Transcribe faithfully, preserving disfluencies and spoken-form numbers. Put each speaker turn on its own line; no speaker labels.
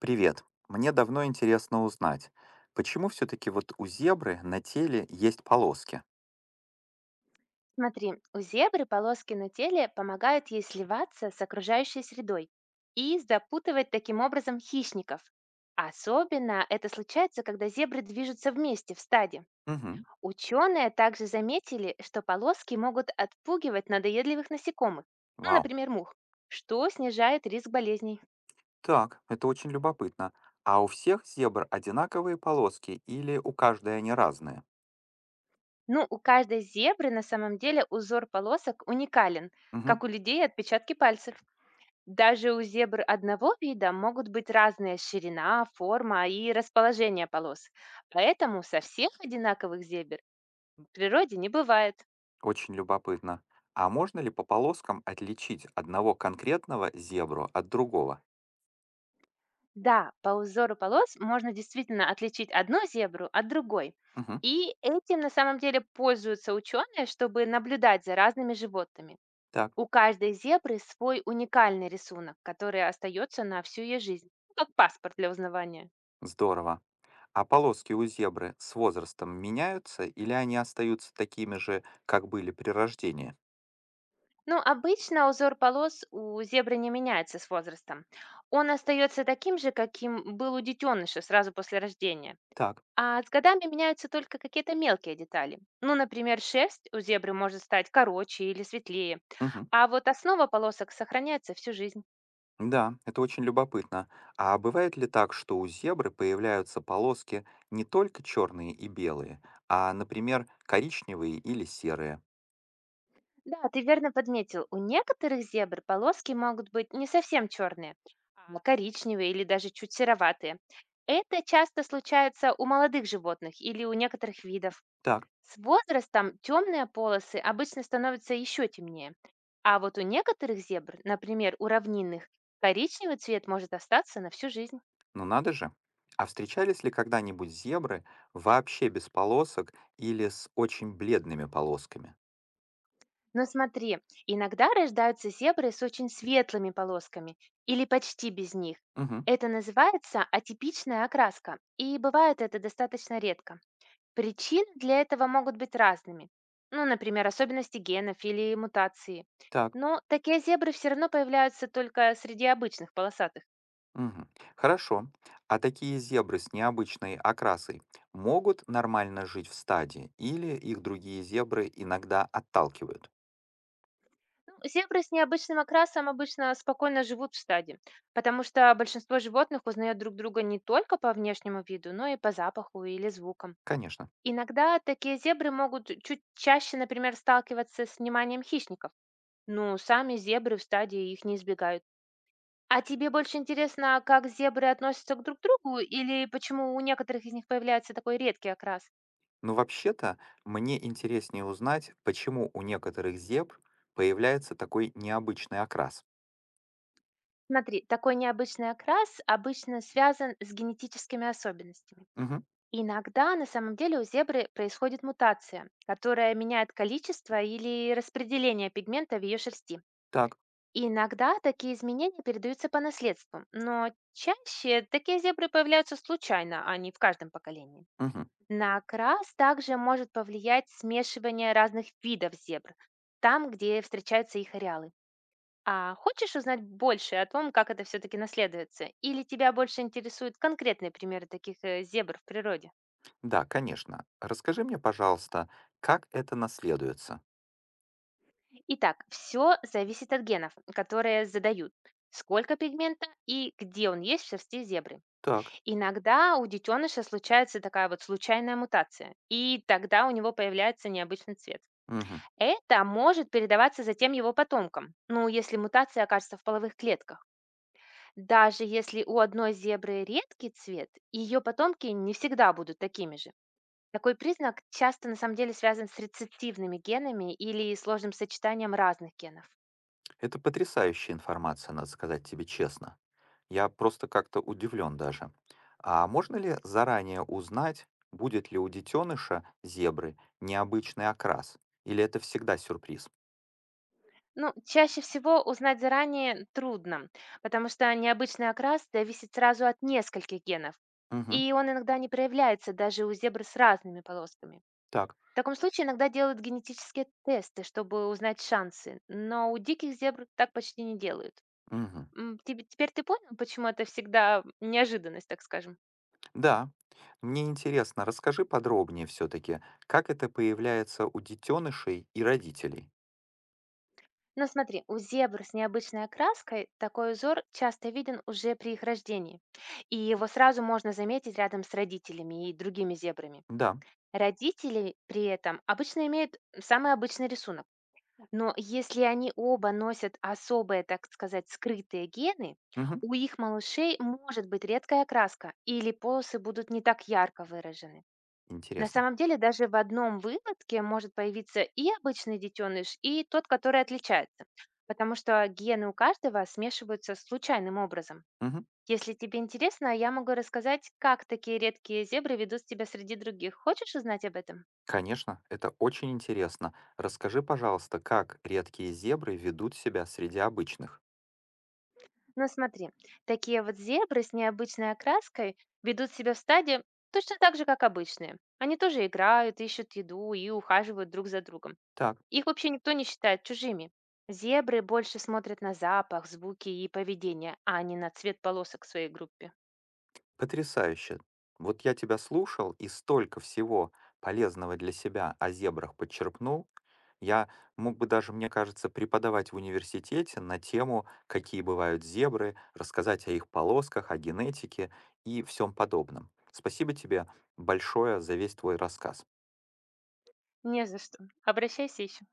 Привет. Мне давно интересно узнать, почему все-таки вот у зебры на теле есть полоски?
Смотри, у зебры полоски на теле помогают ей сливаться с окружающей средой и запутывать таким образом хищников. Особенно это случается, когда зебры движутся вместе в стаде.
Угу.
Ученые также заметили, что полоски могут отпугивать надоедливых насекомых, ну,
Вау.
например, мух, что снижает риск болезней.
Так, это очень любопытно. А у всех зебр одинаковые полоски или у каждой они разные?
Ну, у каждой зебры на самом деле узор полосок уникален,
Угу.
как у людей отпечатки пальцев. Даже у зебр одного вида могут быть разная ширина, форма и расположение полос. Поэтому со всех одинаковых зебр в природе не бывает.
Очень любопытно. А можно ли по полоскам отличить одного конкретного зебру от другого?
Да, по узору полос можно действительно отличить одну зебру от другой.
Угу.
И этим на самом деле пользуются ученые, чтобы наблюдать за разными животными.
Так,
У каждой зебры свой уникальный рисунок, который остается на всю ее жизнь, ну, как паспорт для узнавания.
здорово. А полоски у зебры с возрастом меняются или они остаются такими же, как были при рождении?
Ну, обычно узор полос у зебры не меняется с возрастом. Он остается таким же, каким был у детеныша сразу после рождения.
Так.
А с годами меняются только какие-то мелкие детали. Ну, например, шерсть у зебры может стать короче или светлее.
Мгм.
А вот основа полосок сохраняется всю жизнь.
Да, это очень любопытно. А бывает ли так, что у зебры появляются полоски не только черные и белые, а, например, коричневые или серые?
Да, ты верно подметил, у некоторых зебр полоски могут быть не совсем черные, а коричневые или даже чуть сероватые. Это часто случается у молодых животных или у некоторых видов.
Так,
С возрастом темные полосы обычно становятся еще темнее, а вот у некоторых зебр, например, у равнинных, коричневый цвет может остаться на всю жизнь.
ну надо же. А встречались ли когда-нибудь зебры вообще без полосок или с очень бледными полосками?
Но смотри, иногда рождаются зебры с очень светлыми полосками или почти без них.
Угу,
Это называется атипичная окраска, и бывает это достаточно редко. Причины для этого могут быть разными, ну, например, особенности генов или мутации.
так,
Но такие зебры все равно появляются только среди обычных полосатых.
мгм. Хорошо. А такие зебры с необычной окрасой могут нормально жить в стаде или их другие зебры иногда отталкивают?
Ну, зебры с необычным окрасом обычно спокойно живут в стаде, потому что большинство животных узнает друг друга не только по внешнему виду, но и по запаху или звукам.
Конечно.
Иногда такие зебры могут чуть чаще, например, сталкиваться с вниманием хищников, но сами зебры в стадии их не избегают. А тебе больше интересно, как зебры относятся к друг другу или почему у некоторых из них появляется такой редкий окрас?
Ну, вообще-то, мне интереснее узнать, почему у некоторых зебр появляется такой необычный окрас.
Смотри, такой необычный окрас обычно связан с генетическими особенностями.
Мгм.
Иногда на самом деле у зебры происходит мутация, которая меняет количество или распределение пигмента в ее шерсти.
Так.
И иногда такие изменения передаются по наследству, но чаще такие зебры появляются случайно, а не в каждом поколении.
Мгм.
На окрас также может повлиять смешивание разных видов зебр, там, где встречаются их ареалы. А хочешь узнать больше о том, как это все-таки наследуется? Или тебя больше интересуют конкретные примеры таких э, зебр в природе?
Да, конечно. Расскажи мне, пожалуйста, как это наследуется?
Итак, все зависит от генов, которые задают, сколько пигмента и где он есть в шерсти зебры.
Так.
Иногда у детеныша случается такая вот случайная мутация, и тогда у него появляется необычный цвет.
Мгм.
Это может передаваться затем его потомкам, ну, если мутация окажется в половых клетках. Даже если у одной зебры редкий цвет, ее потомки не всегда будут такими же. Такой признак часто на самом деле связан с рецессивными генами или сложным сочетанием разных генов.
Это потрясающая информация, надо сказать тебе честно. Я просто как-то удивлен даже. А можно ли заранее узнать, будет ли у детеныша зебры необычный окрас? Или это всегда сюрприз?
Ну, чаще всего узнать заранее трудно, потому что необычный окрас зависит сразу от нескольких генов,
Мгм.
и он иногда не проявляется даже у зебр с разными полосками.
Так.
В таком случае иногда делают генетические тесты, чтобы узнать шансы, но у диких зебр так почти не делают.
Мгм.
М, тебе- Теперь ты понял, почему это всегда неожиданность, так скажем?
Да, мне интересно, расскажи подробнее все-таки, как это появляется у детенышей и родителей.
Но смотри, у зебр с необычной окраской такой узор часто виден уже при их рождении, и его сразу можно заметить рядом с родителями и другими зебрами.
Да,
Родители при этом обычно имеют самый обычный рисунок, но если они оба носят особые, так сказать, скрытые гены,
мгм,
у их малышей может быть редкая окраска или полосы будут не так ярко выражены. На
интересно.
самом деле даже в одном выводке может появиться и обычный детеныш, и тот, который отличается, потому что гены у каждого смешиваются случайным образом.
Мгм,
Если тебе интересно, я могу рассказать, как такие редкие зебры ведут себя среди других. Хочешь узнать об этом?
конечно, это очень интересно. Расскажи, пожалуйста, как редкие зебры ведут себя среди обычных.
Но смотри, такие вот зебры с необычной окраской ведут себя в стаде точно так же, как обычные. Они тоже играют, ищут еду и ухаживают друг за другом.
Так.
Их вообще никто не считает чужими. Зебры больше смотрят на запах, звуки и поведение, а не на цвет полосок в своей группе.
Потрясающе. Вот я тебя слушал и столько всего полезного для себя о зебрах подчерпнул. Я мог бы даже, мне кажется, преподавать в университете на тему, какие бывают зебры, рассказать о их полосках, о генетике и всем подобном. Спасибо тебе большое за весь твой рассказ.
Не за что. Обращайся еще.